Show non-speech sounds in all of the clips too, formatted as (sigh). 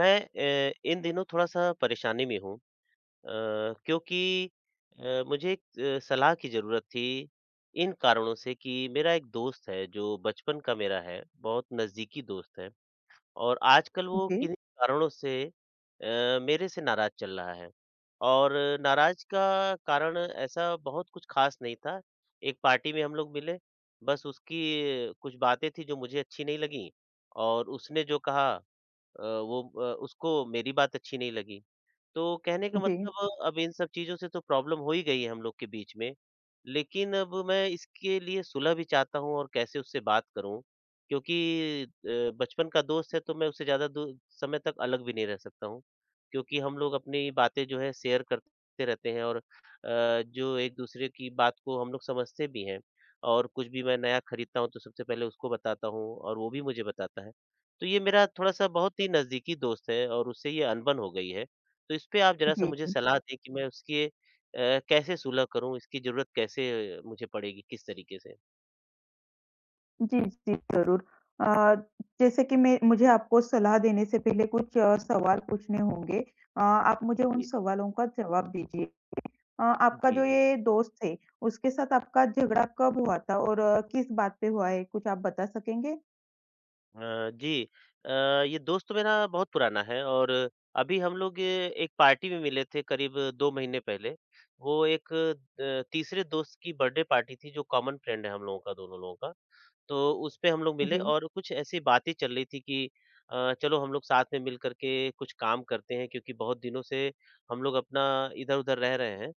मैं इन दिनों थोड़ा-सा परेशानी में हूँ अ, क्योंकि मुझे एक सलाह की ज़रूरत थी, इन कारणों से कि मेरा एक दोस्त है, जो बचपन का मेरा है, बहुत नज़दीकी दोस्त है और आजकल वो जी, किन्हीं कारणों से मेरे से नाराज़ चल रहा है और नाराज़ का कारण ऐसा बहुत कुछ ख़ास नहीं था। एक पार्टी में हम लोग मिले, बस उसकी कुछ बातें थी, जो मुझे अच्छी नहीं लगीं और उसने जो कहा अ, वो उसको मेरी बात अच्छी नहीं लगी। तो कहने का जी, मतलब अब इन सब चीज़ों से तो प्रॉब्लम हो ही गई है हम लोग के बीच में। लेकिन अब मैं इसके लिए सुलह भी चाहता हूँ और कैसे उससे बात करूँ? क्योंकि बचपन का दोस्त है तो मैं उससे ज़्यादा दू समय तक अलग भी नहीं रह सकता हूँ। क्योंकि हम लोग अपनी बातें जो है शेयर करते रहते हैं और जो एक-दूसरे की बात को हम लोग समझते भी हैं। और कुछ भी मैं नया खरीदता हूँ तो सबसे पहले उसको बताता हूँ और वो भी मुझे बताता है। तो ये मेरा थोड़ा-सा बहुत ही नज़दीकी दोस्त है और उससे ये अनबन हो गई है। तो इस पे आप ज़रा-सा जी, मुझे जी। सलाह दें कि मैं उसके कैसे सुलह करूँ? इसकी ज़रूरत कैसे मुझे पड़ेगी? किस तरीके से? जी, जी, ज़रूर। अ, जैसे कि मैं मुझे आपको सलाह देने से पहले कुछ सवाल पूछने होंगे। आप मुझे उन जी, सवालों का जवाब दीजिए। आपका जी, जो जी। ये दोस्त है, उसके साथ आपका झगड़ा कब हुआ था और किस बात पे हुआ है? कुछ आप बता सकेंगे? जी अ, ये दोस्त मेरा बहुत पुराना है और अभी हम लोग ये एक पार्टी में मिले थे करीब 2 महीने पहले। वो एक तीसरे दोस्त की बर्थडे पार्टी थी जो कॉमन फ्रेंड है हम लोगों का, दोनों लोगों का। तो उसपे हम लोग मिले जी, और कुछ ऐसी बातें चल रही थी कि चलो हम लोग साथ में मिल कर के कुछ काम करते हैं क्योंकि बहुत दिनों से हम लोग अपना इधर-उधर रह रहे हैं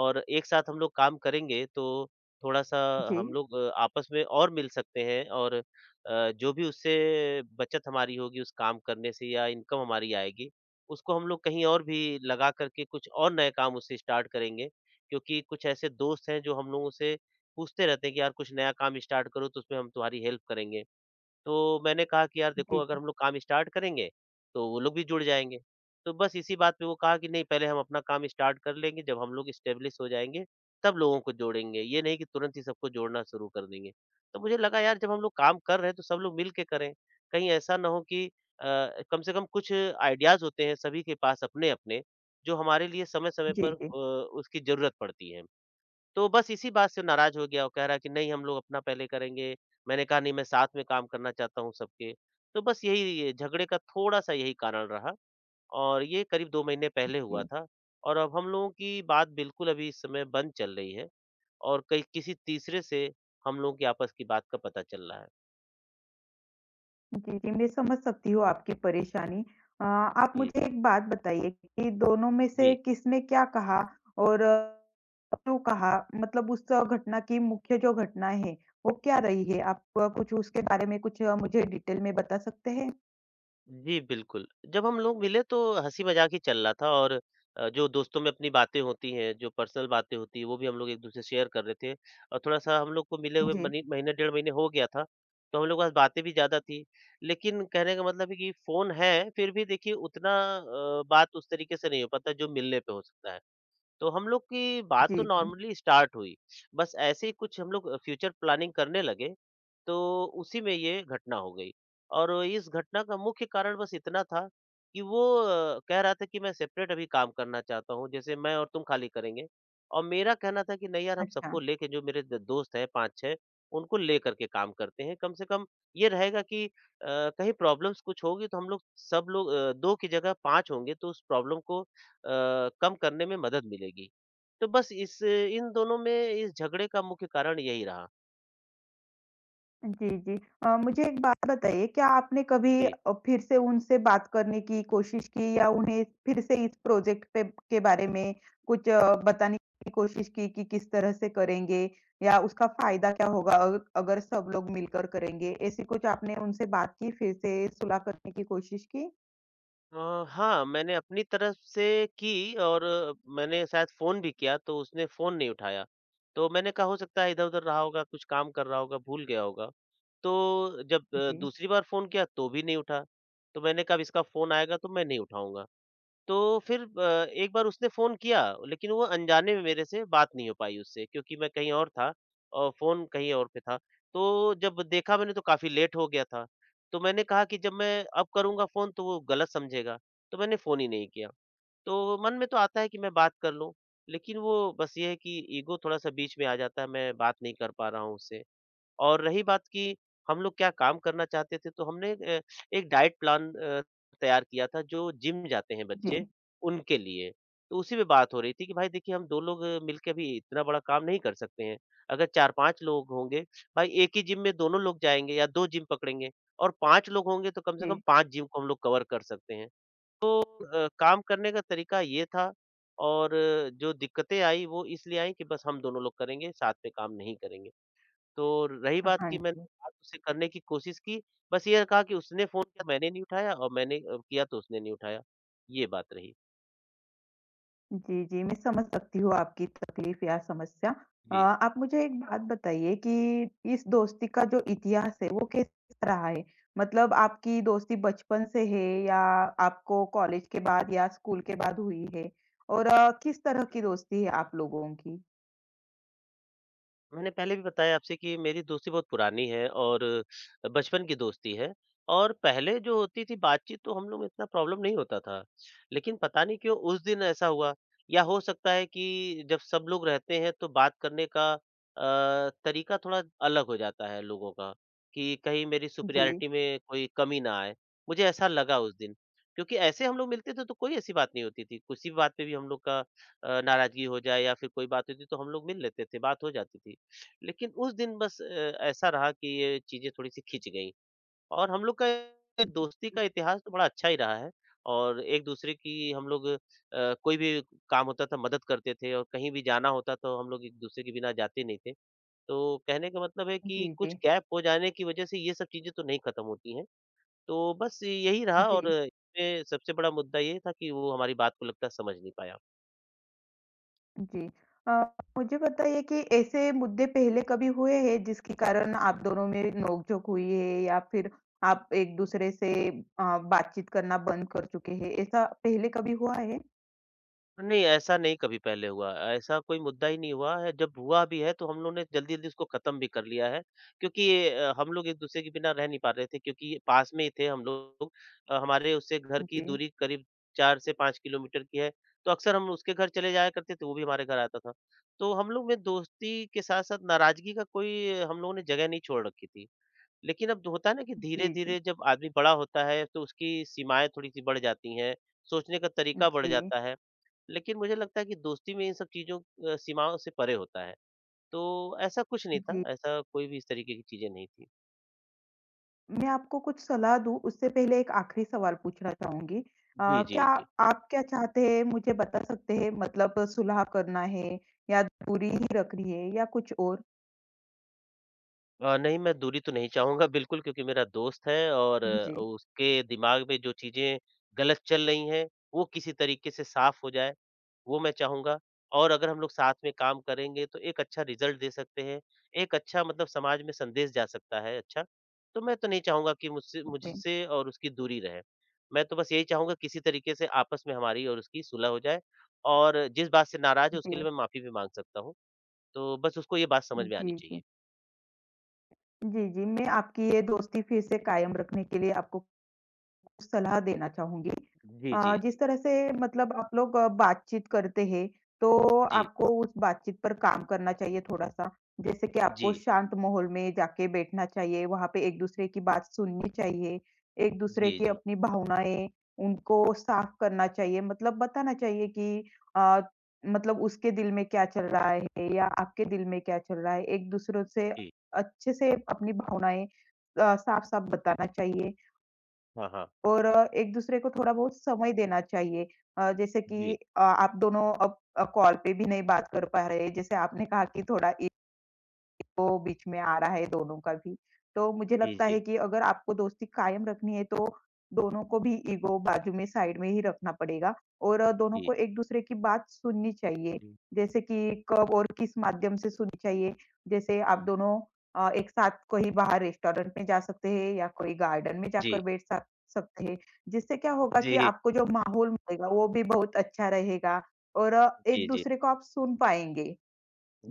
और एक साथ हम लोग काम करेंगे तो थोड़ा-सा हम जी, लोग आपस में और मिल सकते हैं और जो भी उससे बचत हमारी होगी उस काम करने से या इनकम हमारी आएगी, उसको हम लोग कहीं और भी लगा कर के कुछ और नए काम उससे स्टार्ट करेंगे। क्योंकि कुछ ऐसे दोस्त हैं जो हम लोगों से पूछते रहते हैं कि यार कुछ नया काम स्टार्ट करो तो उसमें हम तुम्हारी हेल्प करेंगे। तो मैंने कहा कि यार देखो जी, अगर हम लोग काम स्टार्ट करेंगे, तो वो लोग भी जुड़ जाएँगे। तो बस इसी बात पे वो कहा कि नहीं पहले हम अपना काम स्टार्ट कर लेंगे, जब हम लोग स्टेब्लिश हो जाएँगे, तब लोगों को जोड़ेंगे। ये नहीं कि तुरंत ही सबको जोड़ना शुरू कर देंगे। तो मुझे लगा यार जब हम लोग काम कर रहे हैं तो सब लोग मिल के करें। कहीं ऐसा ना हो कि अ, कम से कम कुछ आइडियाज़ होते हैं सभी के पास अपने-अपने, जो हमारे लिए समय-समय जी, पर जी, उसकी ज़रूरत पड़ती है। तो बस इसी बात से नाराज़ हो गया वो कह रहा है कि नहीं हम लोग अपना पहले करेंगे। मैंने कहा नहीं मैं साथ में काम करना चाहता हूँ सबके। तो बस यही ये झगड़े का थोड़ा-सा यही कारण रहा और ये करीब 2 महीने पहले हुआ जी। था और अब हम लोगों की बात बिल्कुल अभी इस समय बंद चल रही है और कई किसी तीसरे से हम लोगों की आपस की बात का पता चल रहा है। जी, जी, मैं समझ सकती हूँ आपकी परेशानी। आप जी, मुझे एक बात बताइए कि दोनों में से जी। किसने क्या कहा और क्यों कहा? मतलब उस घटना की मुख्य जो घटना है, वो क्या रही है? आप कुछ उसके बारे में कुछ मुझे डिटेल में बता सकते हैं? जी, बिल्कुल। जब हम लोग मिले तो हँसी-मज़ाक ही चल रहा था और जो दोस्तों में अपनी बातें होती हैं, जो पर्सनल बातें होती हैं, वो भी हम लोग एक-दूसरे से शेयर कर रहे थे और थोड़ा-सा हम लोग को मिले हुए जी, मनी महीने डेढ़ महीने हो गया था, तो हम लोग के पास बातें भी ज़्यादा थी। लेकिन कहने का मतलब है कि फ़ोन है, फिर भी देखिए उतना बात उस तरीके से नहीं हो पाता, जो मिलने पे हो सकता है। तो हम लोग की बात जी, तो जी। नॉर्मली स्टार्ट हुई। बस ऐसे ही कुछ हम लोग फ्यूचर प्लानिंग करने लगे, तो उसी में ये घटना हो गई। और इस घटना का मुख्य कारण बस इतना था कि वो कह रहा था कि मैं सेपरेट अभी काम करना चाहता हूँ, जैसे मैं और तुम खाली करेंगे। और मेरा कहना था कि नहीं यार हम अच्छा। सबको लेके जो मेरे द दोस्त हैं 5-6 उनको लेकर के काम करते हैं। कम से कम ये रहेगा कि कहीं प्रॉब्लम्स कुछ होगी तो हम लोग सब लोग 2 की जगह 5 होंगे तो उस प्रॉब्लम को कम करने में मदद मिलेगी। तो बस इस इन दोनों में इस झगड़े का मुख्य कारण यही रहा। जी, जी। मुझे एक बात बताइए, क्या आपने कभी जी। फिर से उनसे बात करने की कोशिश की या उन्हें फिर से इस प्रोजेक्ट पे के बारे में कुछ बताने की कोशिश की कि किस तरह से करेंगे या उसका फ़ायदा क्या होगा अग अगर सब लोग मिलकर करेंगे? ऐसी कुछ आपने उनसे बात की, फिर से सुलह करने की कोशिश की? हाँ, मैंने अपनी तरफ से की और मैंने शायद फ़ोन भी किया तो उसने फ़ोन नहीं उठाया। तो मैंने कहा हो सकता है इधर-उधर रहा होगा, कुछ काम कर रहा होगा, भूल गया होगा। तो जब जी, दूसरी बार फ़ोन किया तो भी नहीं उठा। तो मैंने कहा अब इसका फ़ोन आएगा तो मैं नहीं उठाऊँगा। तो फिर एक बार उसने फ़ोन किया, लेकिन वो अनजाने में मेरे से बात नहीं हो पाई उससे क्योंकि मैं कहीं और था और फ़ोन कहीं और पे था। तो जब देखा मैंने तो काफ़ी लेट हो गया था। तो मैंने कहा कि जब मैं अब करूँगा फ़ोन तो वो गलत समझेगा, तो मैंने फ़ोन ही नहीं किया। तो मन में तो आता है कि मैं बात कर लूँ, लेकिन वो बस ये है कि ईगो थोड़ा-सा बीच में आ जाता है, मैं बात नहीं कर पा रहा हूँ उससे। और रही बात कि हम लोग क्या काम करना चाहते थे, तो हमने एक डाइट प्लान तैयार किया था जो जिम जाते हैं बच्चे, जी, उनके लिए। तो उसी में बात हो रही थी कि भाई देखिए हम 2 लोग मिलके अभी इतना बड़ा काम नहीं कर सकते हैं। अगर 4-5 लोग होंगे, भाई एक ही जिम में दोनों लोग जाएँगे या 2 जिम पकड़ेंगे और 5 लोग होंगे तो कम से कम जी। 5 जिम को हम लोग कवर कर सकते हैं। तो काम करने का तरीका ये था और जो दिक्कतें आई वो इसलिए आई कि बस हम दोनों लोग करेंगे, साथ में काम नहीं करेंगे। तो रही बात हाँ कि जी। मैंने बात उससे करने की कोशिश की, बस ये रहा कि उसने फ़ोन किया मैंने नहीं उठाया और मैंने किया तो उसने नहीं उठाया। ये बात रही। जी, जी, मैं समझ सकती हूँ आपकी तकलीफ़ या समस्या। जी। आप मुझे एक बात बताइए कि इस दोस्ती का जो इतिहास है, वो कैसा रहा है? मतलब आपकी दोस्ती बचपन से है या आपको कॉलेज के बाद या स्कूल के बाद हुई है? और किस तरह की दोस्ती है आप लोगों की? मैंने पहले भी बताया आपसे कि मेरी दोस्ती बहुत पुरानी है और बचपन की दोस्ती है और पहले जो होती थी बातचीत तो हम लोग में इतना प्रॉब्लम नहीं होता था। लेकिन पता नहीं क्यों उस दिन ऐसा हुआ या हो सकता है कि जब सब लोग रहते हैं तो बात करने का तरीका थोड़ा अलग हो जाता है लोगों का कि कहीं मेरी जी, सुपीरियॉरिटी में कोई कमी ना आए। मुझे ऐसा लगा उस दिन क्योंकि ऐसे हम लोग मिलते थे तो कोई ऐसी बात नहीं होती थी। किसी भी बात पे भी हम लोग का नाराज़गी हो जाए या फिर कोई बात होती तो हम लोग मिल लेते थे, बात हो जाती थी। लेकिन उस दिन बस ऐसा रहा कि ये चीज़ें थोड़ी-सी खिंच गईं और हम लोग का ये दोस्ती का इतिहास तो बड़ा अच्छा ही रहा है और एक-दूसरे की हम लोग कोई भी काम होता था मदद करते थे और कहीं भी जाना होता तो हम लोग एक-दूसरे के बिना जाते नहीं थे। तो कहने का मतलब है कि जी, कुछ जी, गैप हो जाने की वजह से ये सब चीज़ें तो नहीं खत्म होती हैं। तो बस यही रहा और जी। इसमें सबसे बड़ा मुद्दा ये था कि वो हमारी बात को लगता है समझ नहीं पाया। जी। अ, मुझे बताइए कि ऐसे मुद्दे पहले कभी हुए हैं जिसके कारण आप दोनों में नोक-झोंक हुई है या फिर आप एक-दूसरे से बातचीत करना बंद कर चुके हैं, ऐसा पहले कभी हुआ है? नहीं, ऐसा नहीं कभी पहले हुआ। ऐसा कोई मुद्दा ही नहीं हुआ है, जब हुआ भी है तो हम लोग ने जल्दी-जल्दी उसको खत्म भी कर लिया है। क्योंकि ये, हम लोग एक-दूसरे के बिना रह नहीं पा रहे थे क्योंकि ये पास में ही थे हम लोग। हमारे उससे घर की जी, दूरी करीब 4 से 5 किलोमीटर की है, तो अक्सर हम उसके घर चले जाया करते थे, वो भी हमारे घर आता था। तो हम लोग में दोस्ती के साथ-साथ नाराज़गी का कोई हम लोगों ने जगह नहीं छोड़ रखी थी। लेकिन अब होता है ना कि जी, जी। धीरे-धीरे जब आदमी बड़ा होता है तो उसकी सीमाएँ थोड़ी-सी बढ़ जाती हैं, सोचने का तरीका बढ़ जी, जाता है। लेकिन मुझे लगता है कि दोस्ती में इन सब चीज़ों सीमाओं से परे होता है। तो ऐसा कुछ नहीं था, जी। ऐसा कोई भी इस तरीके की चीज़ें नहीं थी। मैं आपको कुछ सलाह दूँ उससे पहले एक आखिरी सवाल पूछना चाहूँगी। जी, क्या जी, जी। आप क्या चाहते हैं मुझे बता सकते हैं मतलब सुलह करना है या दूरी ही रखनी है या कुछ और? नहीं, मैं दूरी तो नहीं चाहूँगा बिल्कुल क्योंकि मेरा दोस्त है और जी, उसके दिमाग में जो चीज़ें गलत चल रही हैं, वो किसी तरीके से साफ़ हो जाए, वो मैं चाहूँगा। और अगर हम लोग साथ में काम करेंगे तो एक अच्छा रिज़ल्ट दे सकते हैं, एक अच्छा मतलब समाज में संदेश जा सकता है अच्छा। तो मैं तो नहीं चाहूँगा कि मुझसे जी, मुझसे और उसकी दूरी रहे। मैं तो बस यही चाहूँगा किसी तरीके से आपस में हमारी और उसकी सुलह हो जाए और जिस बात से नाराज़ है उसके जी, लिए मैं माफ़ी भी माँग सकता हूँ। तो बस उसको ये बात समझ में आनी जी, चाहिए। जी। जी, जी। मैं आपकी ये दोस्ती फिर से कायम रखने के लिए आपको सलाह देना चाहूँगी। जी, जी। जी जिस तरह से मतलब आप लोग बातचीत करते हैं, तो जी, आपको उस बातचीत पर काम करना चाहिए थोड़ा-सा। जैसे कि आपको जी, शांत माहौल में जाके बैठना चाहिए, वहाँ पे एक-दूसरे की बात सुननी चाहिए, एक-दूसरे जी, की जी, अपनी भावनाएँ, उनको साफ करना चाहिए। मतलब बताना चाहिए कि अ, मतलब उसके दिल में क्या चल रहा है या आपके दिल में क्या चल रहा है। एक-दूसरों से जी। अच्छे से अपनी भावनाएँ साफ-साफ बताना चाहिए। हाँ, हाँ। और एक-दूसरे को थोड़ा बहुत समय देना चाहिए। जैसे कि जी, आप दोनों अब कॉल पे भी नहीं बात कर पा रहे। जैसे आपने कहा कि थोड़ा तो बीच में आ रहा है दोनों का भी। तो मुझे जी, लगता है जी, कि अगर आपको दोस्ती कायम रखनी है तो दोनों को भी ईगो बाजू में साइड में ही रखना पड़ेगा और दोनों जी, को एक-दूसरे की बात सुननी चाहिए। हुँ, जैसे कि कब और किस माध्यम से सुननी चाहिए। जैसे आप हुँ। दोनों एक साथ कहीं बाहर रेस्टोरेंट में जा सकते हैं या कोई गार्डन में जी, जाकर बैठ सक सकते हैं। जिससे क्या होगा कि जी, आपको जो माहौल मिलेगा वो भी बहुत अच्छा रहेगा और जी, जी, एक-दूसरे को आप सुन पाएँगे।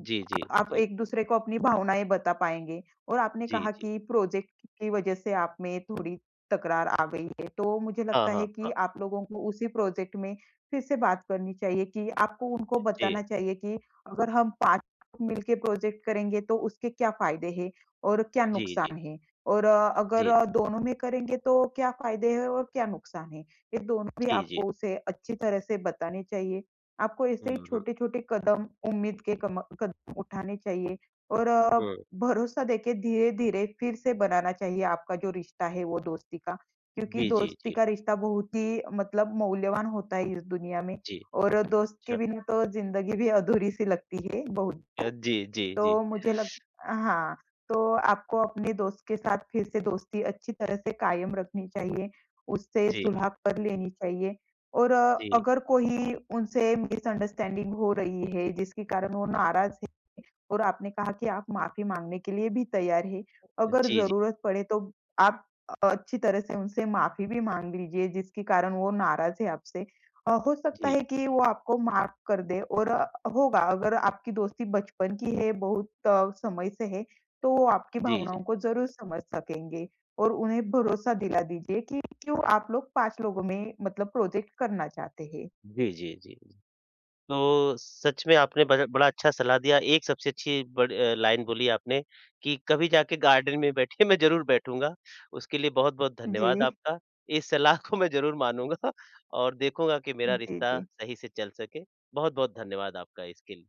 जी, जी, आप जी, एक-दूसरे को अपनी भावनाएँ बता पाएँगे और आपने जी, कहा जी। कि प्रोजेक्ट की वजह से आप में थोड़ी तकरार आ गई है, तो मुझे हाँ, लगता है हाँ, कि हाँ। आप लोगों को उसी प्रोजेक्ट में फिर से बात करनी चाहिए कि आपको उनको जी, बताना चाहिए कि अगर हम 5 मिलके प्रोजेक्ट करेंगे तो उसके क्या फ़ायदे हैं और क्या जी, नुकसान जी, है? और अगर जी, दोनों में करेंगे तो क्या फ़ायदे हैं और क्या नुकसान है? ये दोनों भी जी, जी। आपको उसे अच्छी तरह से बताने चाहिए। आपको ऐसे हुँ, ही हुँ, छोटे-छोटे कदम उम्मीद के कम कदम उठाने चाहिए और हुँ। भरोसा देखिए धीरे-धीरे फिर से बनाना चाहिए आपका जो रिश्ता है वो दोस्ती का। क्योंकि जी, जी, दोस्ती जी, का रिश्ता बहुत ही मतलब मूल्यवान होता है इस दुनिया में जी। और दोस्त के अच्छा बिना तो ज़िंदगी भी अधूरी-सी लगती है बहुत बार। जी, जी, जी, तो मुझे लग हाँ, तो आपको अपने दोस्त के साथ फिर से दोस्ती अच्छी तरह से कायम रखनी चाहिए, उससे जी, सुलह कर लेनी चाहिए और जी, अगर कोई उनसे मिसअंडरस्टैंडिंग हो रही है, जिसके कारण वो नाराज़, और आपने कहा कि आप माफ़ी माँगने के लिए भी तैयार हैं। जी, अगर जी, जी, ज़रूरत पड़े तो आप अच्छी तरह से उनसे माफ़ी भी माँग लीजिए जिसके कारण वो नाराज़ है आपसे। हो सकता है कि वो आपको माफ़ कर दें और होगा अगर आपकी दोस्ती बचपन की है, बहुत समय से है, तो वो आपकी जी, जी, भावनाओं को ज़रूर समझ सकेंगे और उन्हें भरोसा दिला दीजिए कि क्यों आप लोग 5 लोगों में मतलब प्रोजेक्ट करना चाहते हैं। जी, जी, जी। तो सच में आपने बड़ा बड़ा अच्छा सलाह दिया। एक सबसे अच्छी लाइन बोली आपने कि कभी जाके गार्डन में बैठिए, मैं ज़रूर बैठूँगा। उसके लिए बहुत-बहुत जी। धन्यवाद आपका। इस सलाह को मैं ज़रूर मानूँगा (laughs) और देखूँगा कि मेरा जी, रिश्ता जी। सही से चल सके। बहुत-बहुत धन्यवाद आपका इसके लिए।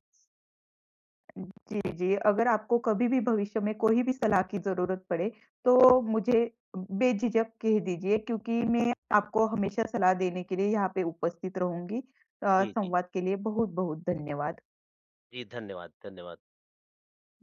जी, जी। अगर आपको कभी भी भविष्य में कोई भी सलाह की ज़रूरत पड़े, तो मुझे बेझिझक कह दीजिए क्योंकि मैं आपको हमेशा सलाह देने के लिए यहाँ पे उपस्थित रहूँगी। जी, जी। संवाद के लिए बहुत-बहुत धन्यवाद। जी, धन्यवाद, धन्यवाद।